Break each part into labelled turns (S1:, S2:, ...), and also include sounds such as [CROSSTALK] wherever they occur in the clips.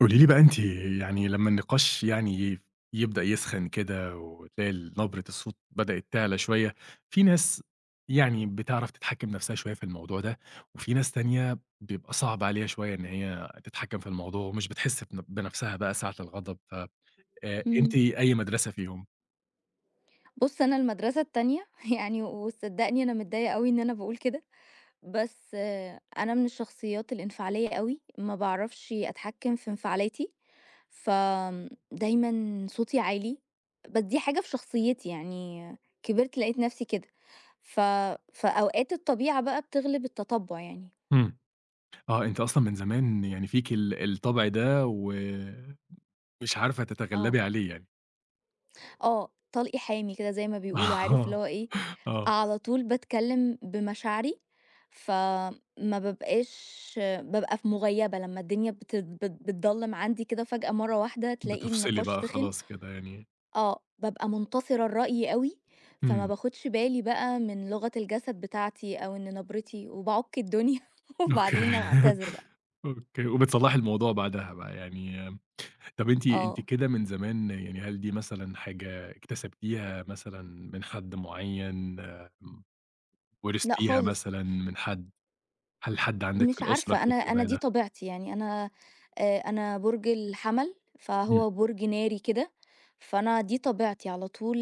S1: قولي لي بقى أنتِ لمّا النقاش يبدأ يسخن كده وتلاقي نبرة الصوت بدأت تعلى شوية. في ناس بتعرف تتحكم نفسها شوية في الموضوع ده، وفي ناس تانية بيبقى صعب عليها شوية إن هي تتحكم في الموضوع ومش بتحس بنفسها بقى ساعة الغضب. ف أنتِ
S2: إمم.
S1: أي مدرسة فيهم؟
S2: بُص، أنا المدرسة التانية [LAUGHS] يعني وصدّقني أنا متضايقة أوي إن أنا باقول كده، بس أنا من الشخصيات الانفعالية أوي، ما باعرفش أتحكّم في انفعالاتي، فآمم دايمًا صوتي عالي، بس دي حاجة في شخصيتي يعني كبرت لقيت نَفْسي كده، ف فأوقات الطبيعة بقى بتغلب التطبُّع يعني،
S1: إمم. آه، أنتِ أصلًا من زمان يعني فيكِ الطبع ده ومش عارفة
S2: آه.
S1: تتغلبي عليه يعني.
S2: آه، طلقي حامي كده زي ما بيقولوا، عارف اللي
S1: [LAUGHS] آه.
S2: هو إيه،
S1: آه،
S2: على طول باتكلّم بمشاعري، فما بابقاش بابقى في مُغيّبة لمّا الدنيا بت بت بتضلّم عندي كده فجأة مرّة واحدة تلاقي
S1: بتفصلي
S2: النقاش
S1: بقى
S2: سِخِن،
S1: خلاص كده يعني.
S2: آه، بابقى مُنتصرة الرأي أوي، فما
S1: إمم.
S2: باخُدش بالي بقى من لغة الجسد بتاعتي أو إن نبرتي وباعُك الدنيا [LAUGHS]
S1: أوكي.
S2: وبعدين أعتذر بقى،
S1: [LAUGHS] أوكي، وبتصلّحي الموضوع بعدها بقى يعني طَب أنتِ
S2: آه،
S1: كده من زمان يعني هل دي مثلًا حاجة اكتسبتيها مثلًا من حد معيّن،
S2: لأ
S1: ورثتيها
S2: خالص.
S1: مثلًا من حد؟ هل حد عندِك في
S2: مش
S1: الأسرة
S2: عارفة
S1: في
S2: أنا
S1: الطبع
S2: دي
S1: ده؟
S2: طبيعتي يعني أنا آه، أنا برج الحمل
S1: إمم.
S2: فهو برج ناري كده فأنا دي طبيعتي على طول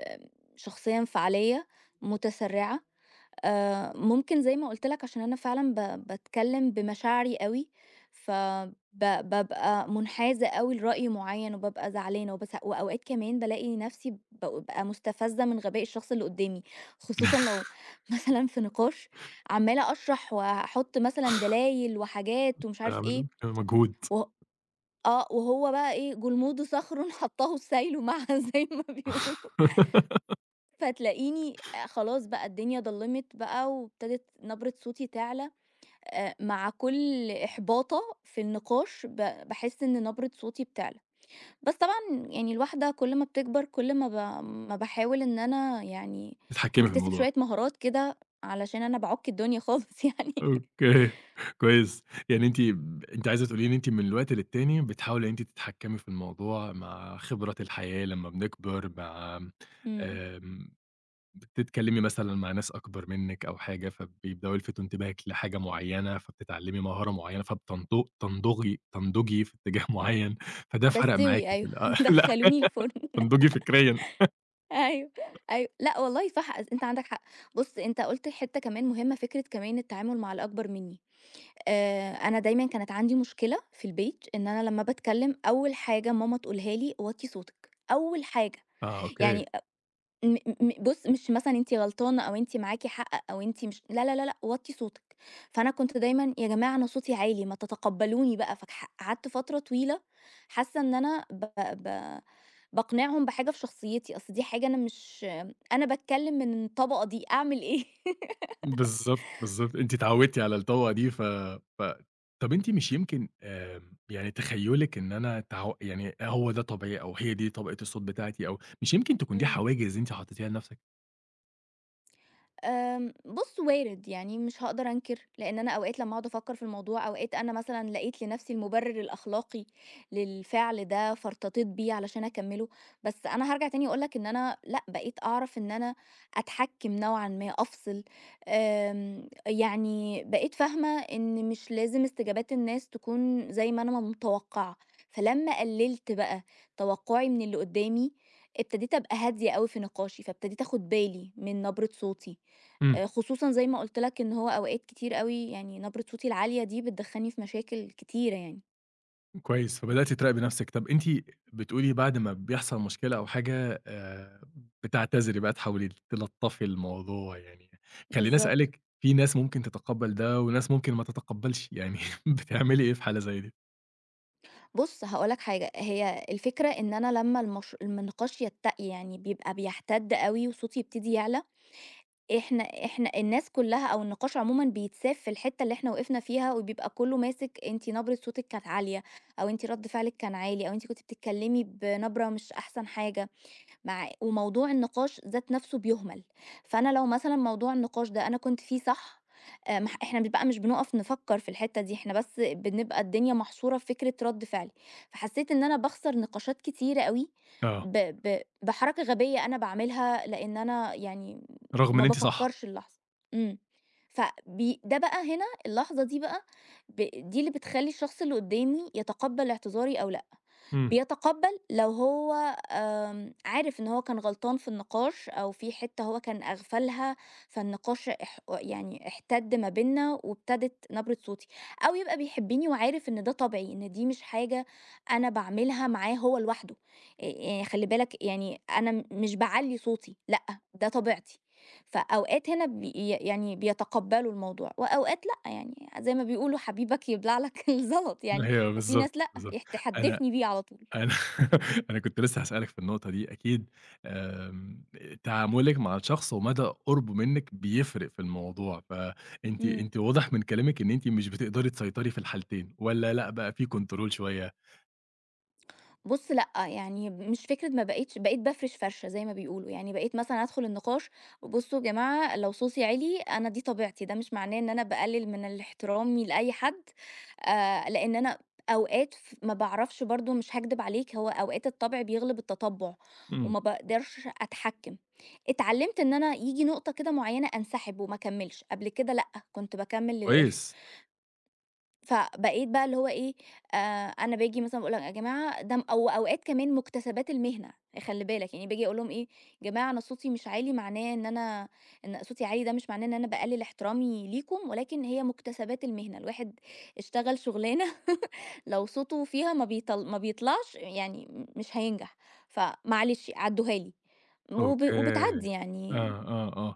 S2: آه، شخصية انفعالية متسرعة ممكن زي ما قُلت لك عشان أنا فعلًا باتكلّم بمشاعري أوي، بابقى منحازة أوي لرأي معيّن وبابقى زعلانة وبس وأوقات كمان بالاقي نَفْسي بابقى مُستفزة من غباء الشخص اللي قُدّامي، خصوصًا
S1: [LAUGHS]
S2: لو [LAUGHS] مثلًا في نقاش عمّالة أشرح وأحُط مثلًا دلايل وحاجات ومش عارف إيه،
S1: عاملة مجهود.
S2: وه وهو بقى إيه، جلموده صخرٌ [LAUGHS] حطّاه السيل معها [LAUGHS] زي ما بيقولوا.
S1: [LAUGHS]
S2: فتلاقيني خلاص بقى الدنيا ضلِّمت بقى وابتدت نبرة صوتي تعلى، مع كل إحباطة في النقاش باحس إن نبرة صوتي بتعلى. بس طبعًا يعني الواحدة كل ما بتكبر كل ما ما باحاول إن أنا يعني
S1: تتحكمي في
S2: أكتسب
S1: الموضوع.
S2: شوية مهارات كده علشان أنا باعك الدنيا خالص [LAUGHS] يعني.
S1: أوكي، كويس. يعني أنتِ عايزة تقولي لي إن أنتِ من الوقت للتاني بتحاولي إن أنتِ تتحكمي في الموضوع مع خبرة الحياة لمّا بنكبر، مع
S2: إمم.
S1: آمم بتتكلمي مثلًا مع ناس أكبر منِّك أو حاجة، فبيبدؤوا يلفتوا انتباهِك لحاجة معيّنة، فبتتعلمي مهارة معيّنة، فبتنض تنضغي تنضجي في اتجاه معيّن، فده فرق معاكِ
S2: باستوي
S1: في
S2: أيوه،
S1: ال آه،
S2: [LAUGHS]
S1: [LAUGHS] لأ
S2: دخّلوني الفرن
S1: تنضجي فكريًا.
S2: أيوه، أيوه. لأ والله صح أنت عندك حق. بُص أنت قُلت حتة كمان مهمة، فكرة كمان التعامل مع الأكبر منّي. أنا دايمًا كانت عندي مشكلة في البيت، إن أنا لمّا باتكلم أول حاجة ماما تقولها لي: "وطّي صوتِك." أول حاجة،
S1: آه، أوكي،
S2: يعني أ م م بُص مش مثلًا أنتِ غلطانة أو أنتِ معاكِ حق أو أنتِ مش لا، لا، لا، لأ، وطّي صوتِك. فأنا كنت دايمًا يا جماعة أنا صوتي عالي، ما تتقبلوني بقى، فاكح قعدت فترة طويلة حاسة إن أنا ب ب باقنعهم بحاجة في شخصيتي، أصل دي حاجة أنا مش أنا باتكلم من الطبقة دي، أعمل إيه؟ [LAUGHS]
S1: بالضبط، بالضبط، أنتِ اتعودتِ على الطبقة دي ف ف طَب أنتِ مش يمكن، يعني تخيُّلِك إن أنا تعو يعني هو ده طبعي أو هي دي طبقة الصوت بتاعتي، أو مش يمكن تكون دي
S2: إمم.
S1: حواجز أنتِ حطيتيها لنفسِك؟
S2: بُص وارد، يعني مش هاقدر أنكر، لإن أنا أوقات لمّا أقعد أفكّر في الموضوع، أوقات أنا مثلًا لقيت لنفسي المُبرر الأخلاقي للفعل ده، فارتضيت بيه علشان أكمّله، بس أنا هارجع تاني أقول لك إن أنا لأ، بقيت أعرف إن أنا أتحكّم نوعًا ما، أفصل، يعني بقيت فاهمة إن مش لازم استجابات الناس تكون زي ما أنا متوقّعة، فلمّا قلّلت بقى توقُّعي من اللي قُدّامي، ابتديت أبقى هادية أوي في نقاشي، فابتديت آخُد بالي من نبرة صوتي.
S1: إمم.
S2: خصوصًا زي ما قُلت لك إن هو أوقات كتير أوي يعني نبرة صوتي العالية دي بتدخّلني في مشاكل كتيرة يعني.
S1: كويس، فبدأتِ تراقبي نفسِك. طَب أنتِ بتقولي بعد ما بيحصل مشكلة أو حاجة، بتعتذري بقى تحاولي تلطّفي الموضوع يعني. خلّيني
S2: بالضبط.
S1: أسألِك، في ناس ممكن تتقبّل ده وناس ممكن ما تتقبّلش، يعني [LAUGHS] بتعملي إيه في حالة زي دي؟
S2: بُص هاقول لك حاجة، هي الفكرة إن أنا لمّا النقاش يتّقي يعني بيبقى بيحتد أوي وصوتي يبتدي يعلى، إحنا الناس كُلّها أو النقاش عمومًا بيتساب في الحتّة اللي إحنا وقفنا فيها وبيبقى كُلّه ماسك أنتِ نبرة صوتِك كانت عالية أو أنتِ رَد فعلِك كان عالي أو أنتِ كنتِ بتتكلمي بنبرة مش أحسن حاجة. مع وموضوع النقاش ذات نفسه بيهمل، فأنا لو مثلًا موضوع النقاش ده أنا كنت فيه صح، مح إحنا بيبقى مش بنُقف نفكّر في الحتّة دي، إحنا بس بنبقى الدنيا محصورة في فكرة رَد فعلي، فحسّيت إن أنا باخسر نقاشات كتيرة أوي
S1: آه،
S2: ب ب بحركة غبية أنا باعملها لإن أنا يعني
S1: رغم
S2: ما
S1: إن أنتِ صح.
S2: بافكّرش اللحظة. إمم. ده بقى هنا اللحظة دي بقى ب دي اللي بتخلّي الشخص اللي قُدّامي يتقبّل اعتذاري أو لأ،
S1: إمم.
S2: بيتقبّل لو هو عارف إن هو كان غلطان في النقاش أو في حتّة هو كان أغفلها، فالنقاش يعني احتد ما بيننا وابتدت نبرة صوتي، أو يبقى بيحبني وعارف إن ده طبعي، إن دي مش حاجة أنا باعملها معاه هو لوحده، يعني خلّي بالك يعني أنا مش باعلّي صوتي، لأ، ده طبيعتي، فأوقات هنا يعني بيتقبّلوا الموضوع وأوقات لأ، يعني زي ما بيقولوا حبيبك يبلع لك [LAUGHS] الزلط يعني،
S1: أيوه
S2: وفي
S1: بالضبط،
S2: ناس لأ،
S1: بالضبط. أنا
S2: تحدفني بيه على طول.
S1: أنا [LAUGHS] أنا كنت لسه هاسألِك في النقطة دي أكيد. آمم، تعاملِك مع الشخص ومدى قربه منِّك بيفرق في الموضوع، فأنتِ،
S2: إمم.
S1: واضح من كلامِك إن أنتِ مش بتقدري تسيطري في الحالتين، والّا لأ بقى في كنترول شوية؟
S2: بُص لأ، يعني مش فكرة ما بقيتش بقيت بافرش فرشة زي ما بيقولوا، يعني بقيت مثلًا أدخل النقاش بُصّوا يا جماعة لو صوتي عِلي أنا دي طبيعتي، ده مش معناه إن أنا باقلل من ال احترامي لأي حد، لإن أنا أوقات ما باعرفش برضه مش هاكدب عليك، هو أوقات الطبع بيغلب التطبع،
S1: إمم،
S2: وما باقدرش أتحكم. اتعلمت إن أنا ييجي نقطة كده معينة أنسحب وما أكملش، قبل كده لأ، كنت باكمل للآخر.
S1: كويس.
S2: فبقيت بقى اللي هو إيه، آآ أنا باجي مثلًا باقول لهم: "يا جماعة ده م" أو أوقات كمان مكتسبات المهنة، خلّي بالك، يعني باجي أقول لهم إيه: "يا جماعة أنا صوتي مش عالي معناه إن أنا إن صوتي عالي ده مش معناه إن أنا باقلل احترامي ليكم، ولكن هي مكتسبات المهنة، الواحد اشتغل شغلانة [LAUGHS] لو صوته فيها ما بيطل ما بيطلعش يعني مش هينجح، فمعلش عدّوها لي."
S1: أوكي. آه،
S2: وبتعدّي يعني،
S1: آه، آه.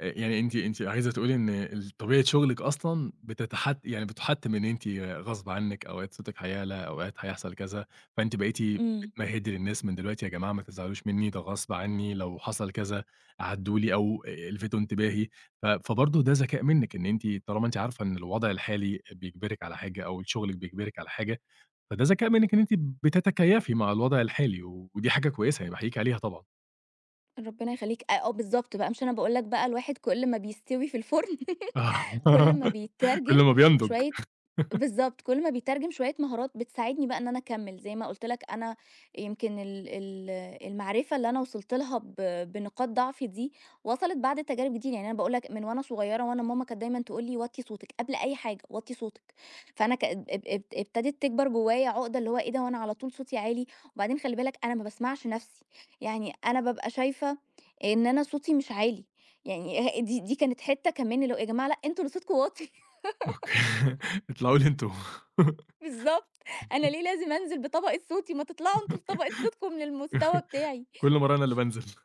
S1: يعني أنتِ عايزة تقولي إن طبيعة شغلِك أصلًا بتتحت يعني بتُحَتِّم إن أنتِ غصب عنِّك، أوقات صوتِك هيعلى، أوقات هيحصل كذا، فأنتِ بقيتِ
S2: إمم،
S1: بتمهِّدي للناس من دلوقتي يا جماعة ما تزعلوش منّي، ده غصب عني، لو حصل كذا عدّوا لي، أو الفتوا انتباهي. ف فبرضه ده ذكاء منِّك إن أنتِ طالما أنتِ عارفة إن الوضع الحالي بيجبرِك على حاجة، أو شغلِك بيجبرِك على حاجة، فده ذكاء منِّك إن أنتِ بتتكيّفي مع الوضع الحالي، ودي حاجة كويسة يعني باحييكِ عليها طبعًا.
S2: ربنا يخلّيك، آه، آه بالضبط بقى، مش أنا باقول لك بقى الواحد كل ما بيستوي في الفرن
S1: آه.
S2: كل ما
S1: [LAUGHS] كل
S2: بيترجم
S1: ما بينضج.
S2: شوية بالضبط، كل ما بيترجم شوية مهارات بتساعدني بقى إن أنا أكمّل، زي ما قُلت لك أنا يمكن ال المعرفة اللي أنا وصلت لها بنقاط ضعفي دي، وصلت بعد تجارب كتير، يعني أنا باقول لك من وأنا صغيرة وأنا ماما كانت دايمًا تقول لي: "وطّي صوتِك قبل أي حاجة، وطّي صوتِك." فأنا ك اب اب اب ابتدت تكبر جوايا عقدة اللي هو إيه ده، هو أنا على طول صوتي عالي؟ وبعدين خلّي بالك أنا ما باسمعش نَفْسي، يعني أنا بابقى شايفة إن أنا صوتي مش عالي، يعني [LAUGHS] دي كانت حتّة كمان اللي هو يا جماعة لأ، أنتم اللي صوتكم واطي.
S1: أوكي. [LAUGHS] اطلعوا لي أنتم.
S2: بالضبط، أنا ليه لازم أنزل بطبقة صوتي، ما تطلعوا أنتم بطبقة
S1: [LAUGHS]
S2: صوتكم للمستوى بتاعي.
S1: كل مرّة أنا اللي بانزل.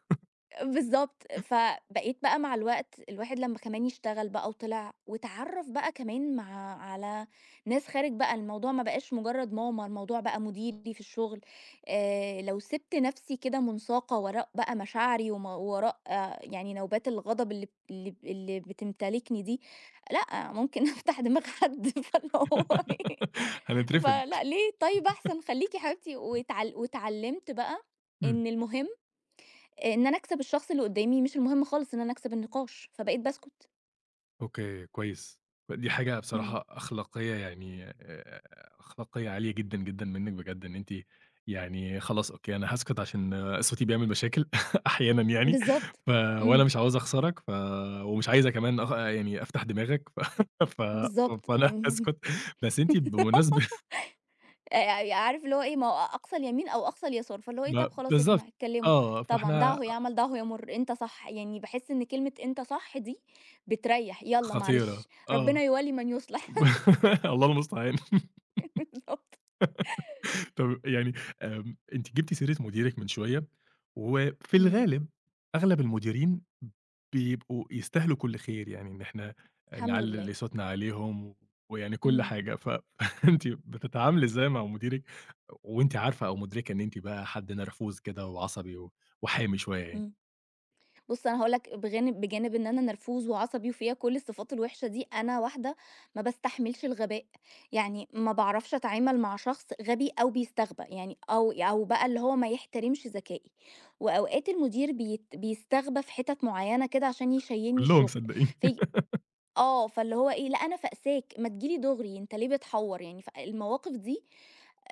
S2: بالضبط، فبقيت بقى مع الوقت الواحد لمّا كمان يشتغل بقى وطلع واتعرّف بقى كمان على ناس خارج بقى، الموضوع ما بقاش مجرّد ماما، الموضوع بقى مديري في الشغل، لو سِبت نَفْسي كده مُنساقة وراء بقى مشاعري وما وراء آه يعني نوبات الغضب اللي بتمتلكني دي، لأ، ممكن [LAUGHS] أفتح دماغ حد [LAUGHS] فاللي هو إيه
S1: [LAUGHS] هنترفد.
S2: فلأ، ليه طيب أحسن خلّيكِ يا حبيبتي واتعلّمت بقى
S1: إمم.
S2: إن المهم إن أنا أكسب الشخص اللي قدّامي، مش المهم خالص إن أنا أكسب النقاش، فبقيت باسكت.
S1: أوكي، كويس. دي حاجة
S2: إمم،
S1: بصراحة أخلاقية يعني، أخلاقية عالية جدًا، جدًا منِّك بجد. إن أنتِ يعني خلاص، أوكي، أنا هاسكت عشان آه، صوتي بيعمل مشاكل [LAUGHS] أحيانًا يعني.
S2: بالضبط،
S1: ف وأنا
S2: إمم،
S1: مش عاوز أخسرك، ومش عايزة كمان أخ يعني أفتح دماغك، [LAUGHS] ف
S2: بالضبط،
S1: فأنا
S2: اهم،
S1: هاسكت. بس
S2: آآ
S1: أنتِ بمناسبة،
S2: [LAUGHS] عارف اللي هو إيه، ما هو أقصى اليمين أو أقصى اليسار، فاللي هو إيه، طَب
S1: ما
S2: خلاص يا
S1: بالضبط،
S2: جماعة اتكلّموا،
S1: آه،
S2: طبعًا
S1: فإحنا
S2: دعه يعمل دعه يمُر، أنت صح، يعني باحس إن كلمة أنت صح دي بتريّح، يالّا
S1: خطيرة،
S2: معلش،
S1: آه.
S2: ربنا يولي من يُصلح
S1: [LAUGHS] ب الله المستعان. [LAUGHS]
S2: [LAUGHS] بالضبط.
S1: طب يعني أنتِ جبتِ سيرة مديرِك من شوية، وفي
S2: إمم،
S1: الغالب أغلب المديرين بيبقوا يستاهلوا كل خير، يعني إن إحنا
S2: الحمد
S1: نعلّي
S2: لله.
S1: صوتنا عليهم ويعني كل
S2: إمم،
S1: حاجة. [LAUGHS] فأنتِ بتتعاملي إزاي مع مديرِك وأنتِ عارفة أو مُدركة إن أنتِ بقى حد نرفوز كده وعصبي وحامي شوية يعني؟
S2: إمم. بُص أنا هاقول لك بجانب بجانب إن أنا نرفوز وعصبي وفيّا كل الصفات الوحشة دي، أنا واحدة ما باستحملش الغباء، يعني ما باعرفش أتعامل مع شخص غبي أو بيستغبى، يعني أو أو بقى اللي هو ما يحترمش ذكائي، وأوقات المدير بيستغبى في حتت معيّنة كده عشان يشيّلني
S1: كلّهم
S2: الشغل،
S1: صدقيني.
S2: في آه، فاللي هو إيه، لأ أنا فاقساك، ما تيجي لي دغري، أنت ليه بتحوّر يعني؟ فالمواقف دي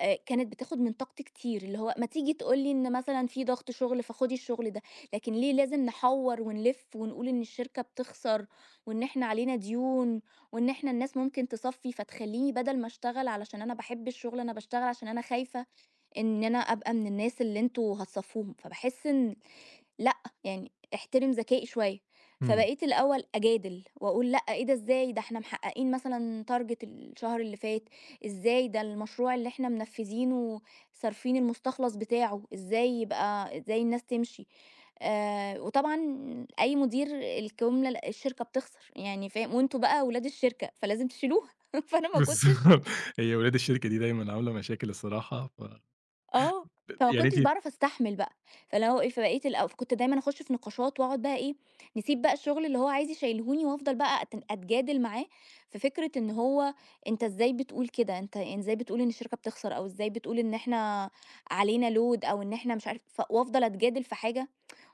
S2: كانت بتاخد من طاقتي كتير، اللي هو ما تيجي تقول لي إن مثلًا في ضغط شغل فخدي الشغل ده، لكن ليه لازم نحوّر ونلِف ونقول إن الشركة بتخسر وإن إحنا علينا ديون وإن إحنا الناس ممكن تصفّي، فتخلّيني بدل ما أشتغل علشان أنا باحب الشغل، أنا باشتغل عشان أنا خايفة إن أنا أبقى من الناس اللي أنتم هتصفّوهم، فباحس إن لأ، يعني احترم ذكائي شوية،
S1: إمم.
S2: فبقيت الأول أجادل وأقول لأ، إيه ده إزاي؟ ده إحنا محققين مثلًا target الشهر اللي فات، إزاي ده المشروع اللي إحنا منفذينه صارفين المستخلص بتاعه، إزاي يبقى إزاي الناس تمشي؟ وطبعًا أي مدير الجملة الشركة بتخسر يعني فاهم، وأنتم بقى ولاد الشركة فلازم تشيلوها، [LAUGHS] فأنا ما كنتش
S1: بالضبط. [LAUGHS] هي ولاد الشركة دي دايمًا عاملة مشاكل الصراحة.
S2: آه، فما
S1: يعني
S2: كنتش
S1: أنتِ،
S2: باعرف أستحمل بقى، فاللي هو إيه، فبقيت الأو فكنت دايمًا أخش في نقاشات وأقعد بقى إيه، نسيب بقى الشغل اللي هو عايز يشيلهوني وأفضل بقى أتجادل معاه في فكرة إن هو أنت إزاي بتقول كده، أنت يعني إزاي بتقول إن الشركة بتخسر أو إزاي بتقول إن إحنا علينا load أو إن إحنا مش عارف وأفضل أتجادل في حاجة،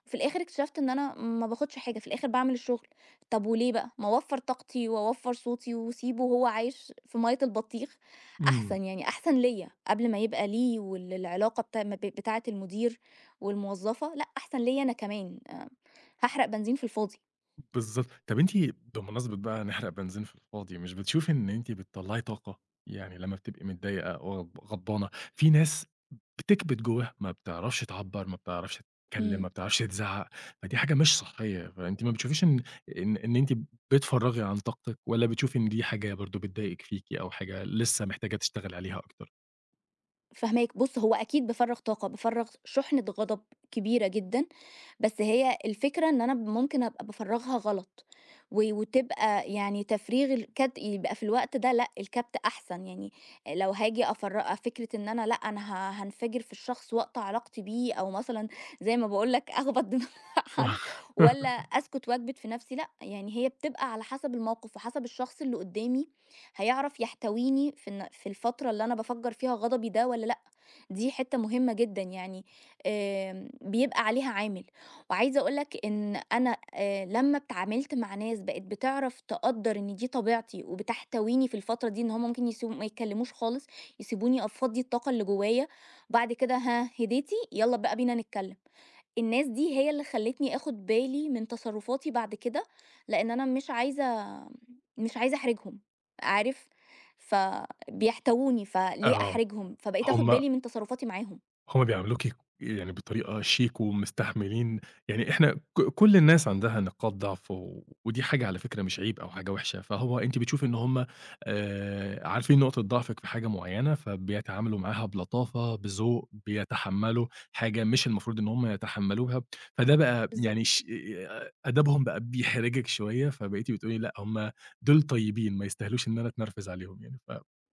S2: وفي الآخر اكتشفت إن أنا ما باخدش حاجة، في الآخر باعمل الشغل. طب وليه بقى؟ ما أوفّر طاقتي وأوفّر صوتي وأسيبه وهو عايش في مَيّة البطيخ.
S1: إمم،
S2: أحسن، يعني أحسن ليّا، قبل ما يبقى ليه وال العلاقة بتا م ب بتاعة المدير والموظفة، لأ أحسن ليّا أنا كمان، هاحرق بنزين في الفاضي.
S1: بالضبط. طب أنتِ بمناسبة بقى نحرق بنزين في الفاضي، مش بتشوفي إن أنتِ بتطلّعي طاقة؟ يعني لمّا بتبقي متضايقة غضبانة، في ناس بتكبت جواها، ما بتعرفش تعبّر، ما بتعرفش تتكلم،
S2: إمم.
S1: ما بتعرفش تزعّق، فدي حاجة مش صحية، فأنتِ ما بتشوفيش إن أنتِ بتفرّغي عن طاقتِك، والّا بتشوفي إن دي حاجة برضه بتضايقِك فيكِ أو حاجة لسه محتاجة تشتغلي عليها أكتر؟
S2: فاهماك، بُص هو أكيد بافرّغ طاقة، بافرّغ شُحنة غضب كبيرة جدًا، بس هي الفكرة إن أنا ممكن أبقى بافرّغها غلط، وتبقى يعني تفريغ الكد يبقى في الوقت ده لأ، الكبت أحسن، يعني لو هاجي فكرة إن أنا لأ، أنا هانفجر في الشخص وأقطع علاقتي بيه، أو مثلًا زي ما باقول لك أخبط دماغ [LAUGHS] حد والّا
S1: [LAUGHS]
S2: أسكت وأكبت في نفسي، لأ، يعني هي بتبقى على حسب الموقف وحسب الشخص اللي قدّامي هيعرف يحتويني في في الفترة اللي أنا بفجر فيها غضبي ده ولا لأ دي حتة مهمة جدا يعني بيبقى عليها عامل وعايزة أقولك إن أنا آه، لما اتعاملت مع ناس بقت بتعرف تقدر إن دي طبيعتي وبتحتويني في الفترة دي إن هم ممكن يسيبوا ما يتكلموش خالص يسيبوني أفضي الطاقة اللي جوايا بعد كده هديتي يلا بقى بينا نتكلم الناس دي هي اللي خلّتني آخُد بالي من تصرُّفاتي بعد كده، لإن أنا مش عايزة مش عايزة أحرجهم، عارف، فبيحتووني، فليه
S1: آه،
S2: أحرجهم؟ فبقيت آخُد
S1: هم
S2: بالي من تصرُّفاتي معاهم.
S1: هُم بيعاملوكِ يعني بطريقة شيك ومستحملين. يعني إحنا كل الناس عندها نقاط ضعف، ودي حاجة على فكرة مش عيب أو حاجة وحشة، فهو أنتِ بتشوفي إن هُم، عارفين نقطة ضعفِك في حاجة معيّنة، فبيتعاملوا معاها بلطافة، بذوق، بيتحمّلوا حاجة مش المفروض إن هُم يتحمّلوها، فده بقى يعني
S2: بالضبط.
S1: ش أدبهم بقى بيحرجِك شوية، فبقيتِ بتقولي لأ، هُم دول طيبين ما يستاهلوش إن أنا أتنرفز عليهم يعني،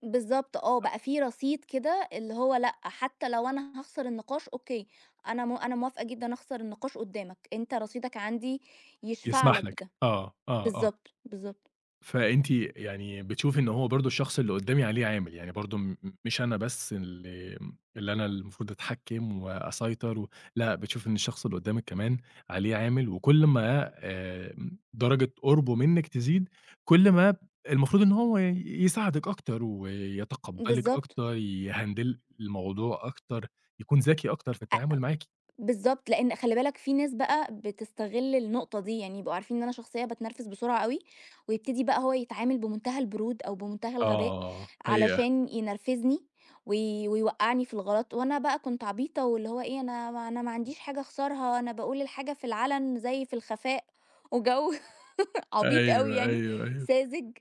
S2: بالضبط آه، بقى في رصيد كده اللي هو لأ، حتى لو أنا هاخسر النقاش أوكي، أنا أنا موافقة جدًا أخسر النقاش قُدّامك، أنت رصيدك عندي يشفع لك
S1: فيسمح لك.
S2: بده.
S1: آه، آه، آه.
S2: بالضبط، بالضبط،
S1: فأنتِ يعني بتشوفي إن هو برضه الشخص اللي قدّامي عليه عامل، يعني برضه مش أنا بس اللي، اللي أنا المفروض أتحكّم وأسيطر لأ، بتشوفي إن الشخص اللي قدّامِك كمان عليه عامل، وكل ما درجة قُربه منِّك تزيد، كل ما المفروض إن هو يساعدِك أكتر، ويتقبّلِك
S2: بالضبط.
S1: أكتر، يهندل الموضوع أكتر، يكون ذكي أكتر في التعامل معاكِ.
S2: بالضبط، لإن خلّي بالك في ناس بقى بتستغل النقطة دي، يعني يبقوا عارفين إن أنا شخصية باتنرفز بسرعة أوي، ويبتدي بقى هو يتعامل بمنتهى البرود أو بمنتهى الغباء
S1: آه، حقيقة.
S2: علشان ينرفزني ويوقّعني في الغلط، وأنا بقى كنت عبيطة واللي هو إيه أنا ما أنا ما عنديش حاجة أخسرها، أنا باقول الحاجة في العلن زي في الخفاء، وجو [LAUGHS] عبيط أوي
S1: أيوه،
S2: يعني،
S1: أيوه، أيوه.
S2: ساذج،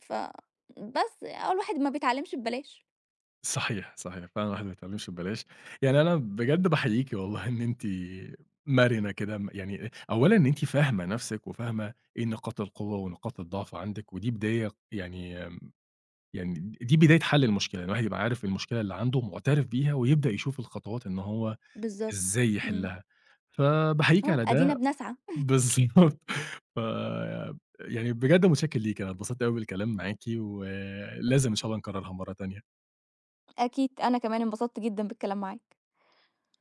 S2: ف بس هو الواحد ما بيتعلمش ببلاش.
S1: صحيح، صحيح، فعلًا الواحد ما بيتعلمش ببلاش. يعني أنا بجد باحييكِ والله إن أنتِ مرنة كده، يعني أولًا إن أنتِ فاهمة نفسِك وفاهمة إيه نقاط القوة ونقاط الضعف عندِك، ودي بداية يعني آمم، يعني دي بداية حل المشكلة، الواحد يبقى عارف المشكلة اللي عنده معترف بيها ويبدأ يشوف الخطوات إن هو
S2: بالضبط،
S1: إزاي
S2: إمم،
S1: يحلها، فباحييكِ
S2: أهو
S1: على
S2: أدينا
S1: ده.
S2: بنسعى.
S1: بالضبط. [LAUGHS] ف يعني بجد متشكر ليكِ، أنا اتبسطت أوي بالكلام معاكِ، ولازم إن شاء الله نكررها مرة تانية.
S2: أكيد أنا كمان انبسطت جدًا بالكلام معاك.